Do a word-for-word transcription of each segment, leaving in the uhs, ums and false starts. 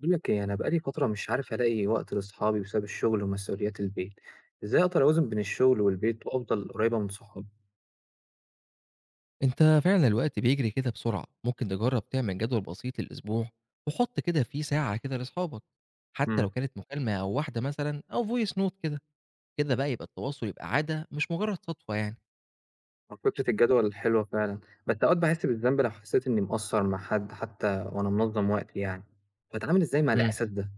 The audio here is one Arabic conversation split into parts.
بقول لك ايه، انا بقالي فتره مش عارف الاقي وقت لاصحابي بسبب الشغل ومسؤوليات البيت. ازاي اقدر اوازن بين الشغل والبيت وافضل قريبه من صحابي؟ أنت فعلًا الوقت بيجري كده بسرعة، ممكن تجرّب تعمل جدول بسيط للأسبوع وحُط كده فيه ساعة كده لأصحابك، حتى لو امم. كانت مكالمة أو واحدة مثلًا أو voice note كده، كده بقى يبقى التواصل يبقى عادة مش مجرّد سطوة يعني. فكره الجدول الحلوه فعلا، بس اوقات بحس بالذنب لو حسيت اني مقصر مع حد حتى وانا منظم وقتي يعني. بتعامل ازاي مع إمم. الاحساس ده؟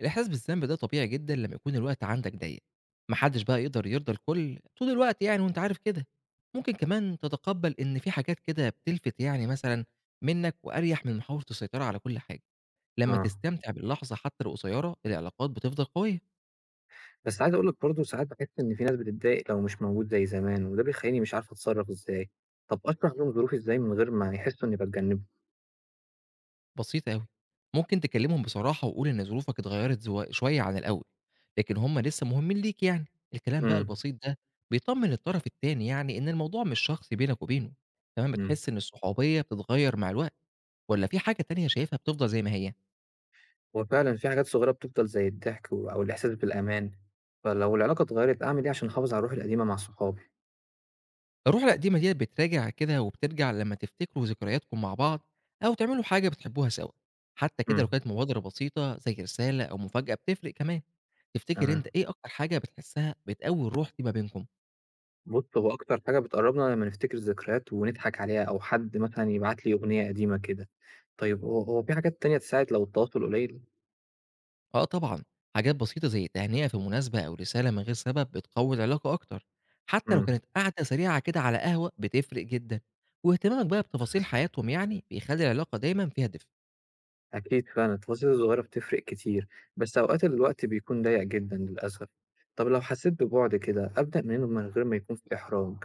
الإحساس بالذنب ده طبيعي جدًا لمّا يكون الوقت عندك ضيّق، ما حدش بقى يقدر يرضى الكل طول الوقت يعني وأنت عارف كده، ممكن كمان تتقبّل إن في حاجات كده بتلفت يعني مثلًا منّك وأريح من محاولة السيطرة على كل حاجة، لمّا اه، تستمتع باللحظة حتى لو قصيرة العلاقات بتفضل قوية. بس عايز اقول لك برضه ساعات بحس ان في ناس بتتضايق لو مش موجود زي زمان، وده بيخليني مش عارف اتصرف ازاي. طب اشرح لهم ظروفي ازاي من غير ما يحسوا اني بتجنبهم؟ بسيطة أوي، ممكن تكلمهم بصراحة وقُل إن ظروفك اتغيّرت زو شوية عن الأول، لكن هُم لسه مهمين ليك يعني، الكلام بقى البسيط ده بيطمّن الطرف التاني يعني إن الموضوع مش شخصي بينك وبينه، كمان امم. بتحس إن الصحوبية بتتغيّر مع الوقت، والّا في حاجة تانية شايفها بتفضل زي ما هي؟ هو فعلًا في حاجات صغيرة بتفضل زي الضحك و أو الإحساس بالأمان، فلو العلاقة اتغيّرت أعمل إيه عشان أحافظ على الروح القديمة مع صحابي؟ الروح القديمة ديّة بتراجع كده وبترجع لمّا تفتكروا ذكرياتكم مع بعض، أو تعملوا حاجة بتحبوها سوا، حتى كده لو إمم، كانت مبادرة بسيطة زي رسالة أو مفاجأة بتفرق كمان، تفتكر أنت تمام. إيه أكتر حاجة بتحسها بتقوي الروح دي ما بينكم؟ بُص، هو أكتر حاجة بتقرّبنا لمّا نفتكر ذكريات ونضحك عليها أو حد مثلًا يبعت لي أغنية قديمة كده. طيب هو هو في حاجات تانية تساعد لو التواصل قليل؟ آه طبعًا، حاجات بسيطة زي التهنئة في مناسبة أو رسالة من غير سبب بتقوي العلاقة أكتر، حتى لو إمم، كانت قعدة سريعة كده على قهوة بتفرق جدًا، واهتمامك بقى بتفاصيل حياتهم يعني بيخلي العلاقة دايمًا فيها دفء. أكيد فعلًا التفاصيل الصغيرة بتفرق كتير، بس أوقات الوقت بيكون ضيّق جدًا للأسف. طب لو حسيت ببُعد كده أبدأ منين من غير ما يكون في إحراج؟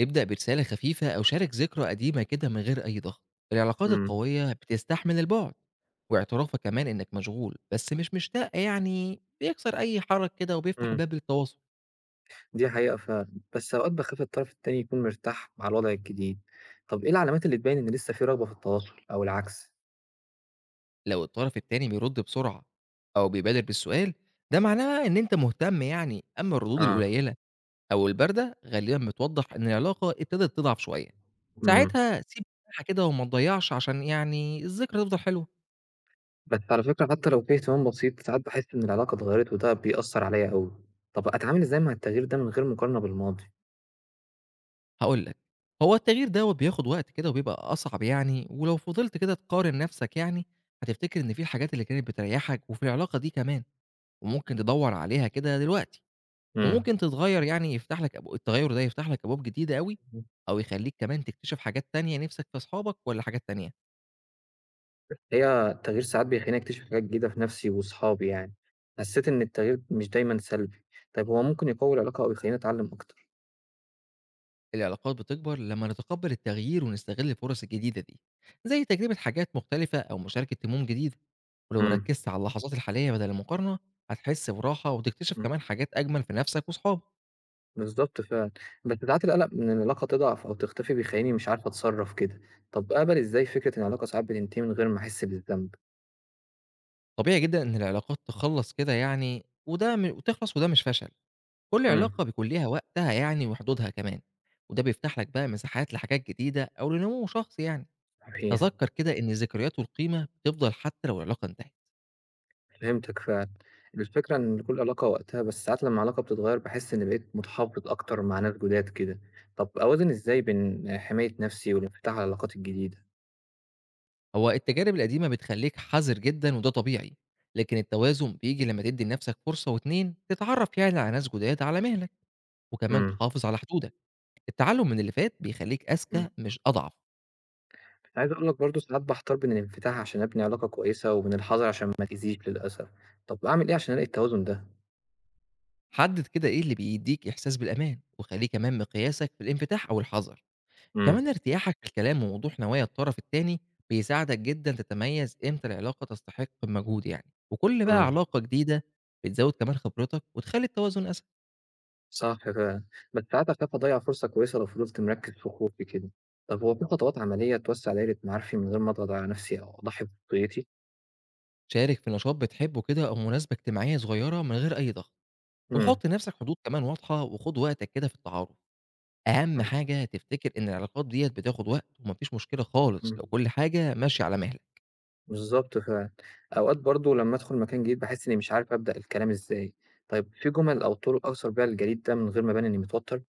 ابدأ برسالة خفيفة أو شارك ذكرى قديمة كده من غير أي ضغط، العلاقات إمم، القوية بتستحمل البعد، واعترافك كمان إنك مشغول بس مش مشتاق يعني بيكسر أي حرج كده وبيفتح إمم. باب للتواصل. دي حقيقة فعلًا، بس أوقات باخاف الطرف التاني يكون مرتاح مع الوضع الجديد. طب إيه العلامات اللي تبين إن لسه في رغبة في التواصل أو العكس؟ لو الطرف التاني بيرد بسرعة أو بيبادر بالسؤال ده معناه إن أنت مهتم يعني، أما الردود آه، القليلة أو الباردة غالبًا بتوضّح إن العلاقة ابتدت تضعف شوية، إمم، ساعتها سيب مساحة كده وما تضيّعش عشان يعني الذكرى تفضل حلوة. بس على فكرة حتى لو في اهتمام بسيط ساعات باحس إن العلاقة اتغيرت وده بيأثر عليَّ أوي. طب أتعامل إزاي مع التغيير ده من غير مقارنة بالماضي؟ هاقول لك، هو التغيير دوّة بياخد وقت كده وبيبقى أصعب يعني، ولو فضلت كده تقارن نَفْسك يعني هتفتكر إن في الحاجات اللي كانت بتريّحك وفي العلاقة دي كمان، وممكن تدوّر عليها كده دلوقتي إمم. وممكن تتغيّر يعني، يفتح لك أبو التغيُّر ده يفتح لك أبواب جديدة أوي أو يخلّيك كمان تكتشف حاجات تانية نِفْسك في أصحابك والّا حاجات تانية. هي التغيير ساعات بيخليني أكتشف حاجات جديدة في نفسي وصحابي يعني، حسيت إن التغيير مش دايمًا سلبي. طيب هو ممكن يقوي العلاقة أو يخليني أتعلم أكتر؟ العلاقات بتكبر لما نتقبل التغيير ونستغل الفرص الجديدة دي، زي تجربة حاجات مختلفة أو مشاركة هموم جديدة، ولو إمم، ركزت على اللحظات الحالية بدل المقارنة هتحس براحة وتكتشف إمم. كمان حاجات أجمل في نفسك وصحابك. بالضبط فعلًا، بس ساعات القلق من إن العلاقة تضعف أو تختفي بيخلّيني مش عارف أتصرّف كده. طَب أقبل إزاي فكرة إن العلاقة ساعات بتنتهي من غير ما أحس بالذنب؟ طبيعي جدا إن العلاقات تخلص كده يعني وده م... وتخلص وده مش فشل، كل إمم، علاقة بيكون ليها وقتها يعني وحدودها كمان، وده بيفتح لك بقى مساحات لحاجات جديدة أو لنمو شخصي يعني، صحيح، تذكر كده إن الذكريات والقيمة بتفضل حتى لو العلاقة انتهت. فهمتك فعلًا. الفكرة إن كل علاقة وقتها، بس ساعات لمّا العلاقة بتتغيّر باحس إني بقيت متحفّظ أكتر مع ناس جداد كده. طَب أوازن إزاي بين حماية نفسي والانفتاح على العلاقات الجديدة؟ هو التجارب القديمة بتخليك حذر جدًا وده طبيعي، لكن التوازن بييجي لمّا تدّي لنفسك فرصة و2 تتعرّف يعني على ناس جداد على مهلك، وكمان إمم، تحافظ على حدودك، التعلم من اللي فات بيخليك إمم، أذكى مش أضعف. عايز أقول لك برضه ساعات باحتار بين الانفتاح عشان أبني علاقة كويسة وبين الحذر عشان ما أتأذيش للأسف. طَب أعمل إيه عشان ألاقي التوازن ده؟ حدد كده إيه اللي بيدّيك إحساس بالأمان، وخليه كمان مقياسك في الانفتاح أو الحذر، إمم، كمان ارتياحك في الكلام ووضوح نوايا الطرف التاني بيساعدك جدًا تتميز إمتى العلاقة تستحق المجهود يعني، وكل بقى إمم. علاقة جديدة بتزود كمان خبرتك وتخلي التوازن أسهل. صح فعلًا، بس ساعات أخاف أضيّع فرصة كويسة لو فضلت مركّز في خوفي كده. طب هو في خطوات عملية توسّع دايرة معارفي من غير ما أضغط على نفسي أو أضحي بخصوصيتي؟ شارك في نشاط بتحبه كده أو مناسبة اجتماعية صغيرة من غير أي ضغط، إمم، وحُط لنفسك حدود كمان واضحة وخُد وقتك كده في التعارف، أهم إمم، حاجة تفتكر إن العلاقات ديّة بتاخد وقت وما فيش مشكلة خالص لو إمم، كل حاجة ماشية على مهلك. بالضبط فعلًا. أوقات برضه لمّا أدخل مكان جديد باحس إني مش عارف أبدأ الكلام إزاي. طيب في جُمل أو طرق أوصل بيها للجديد ده من غير ما أبان إني متوتر؟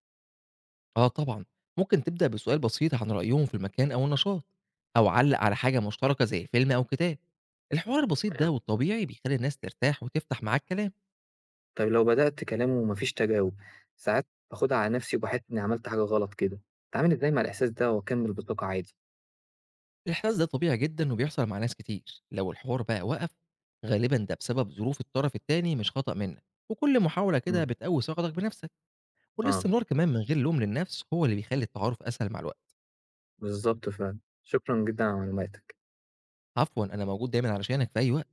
آه طبعًا، ممكن تبدأ بسؤال بسيط عن رأيهم في المكان أو النشاط، أو علّق على حاجة مشتركة زي فيلم أو كتاب، الحوار البسيط ده والطبيعي بيخلّي الناس ترتاح وتفتح معاك كلام. طب لو بدأت كلام وما فيش تجاوب، ساعات باخدها على نفسي وباحس إني عملت حاجة غلط كده. أتعامل إزاي مع الإحساس ده وأكمّل بثقة عادي؟ الإحساس ده طبيعي جدًا وبيحصل مع ناس كتير، لو الحوار بقى وقف غالبًا ده بسبب ظروف الطرف التاني مش خطأ منك، وكل محاولة كده إمم، بتقوي ثقتك بنفسك، آه، والاستمرار كمان من غير لوم للنفس هو اللي بيخلي التعارف أسهل مع الوقت. بالضبط فعلًا. شكرًا جدًا على معلوماتك. عفوًا أنا موجود دايمًا علشانك في أي وقت.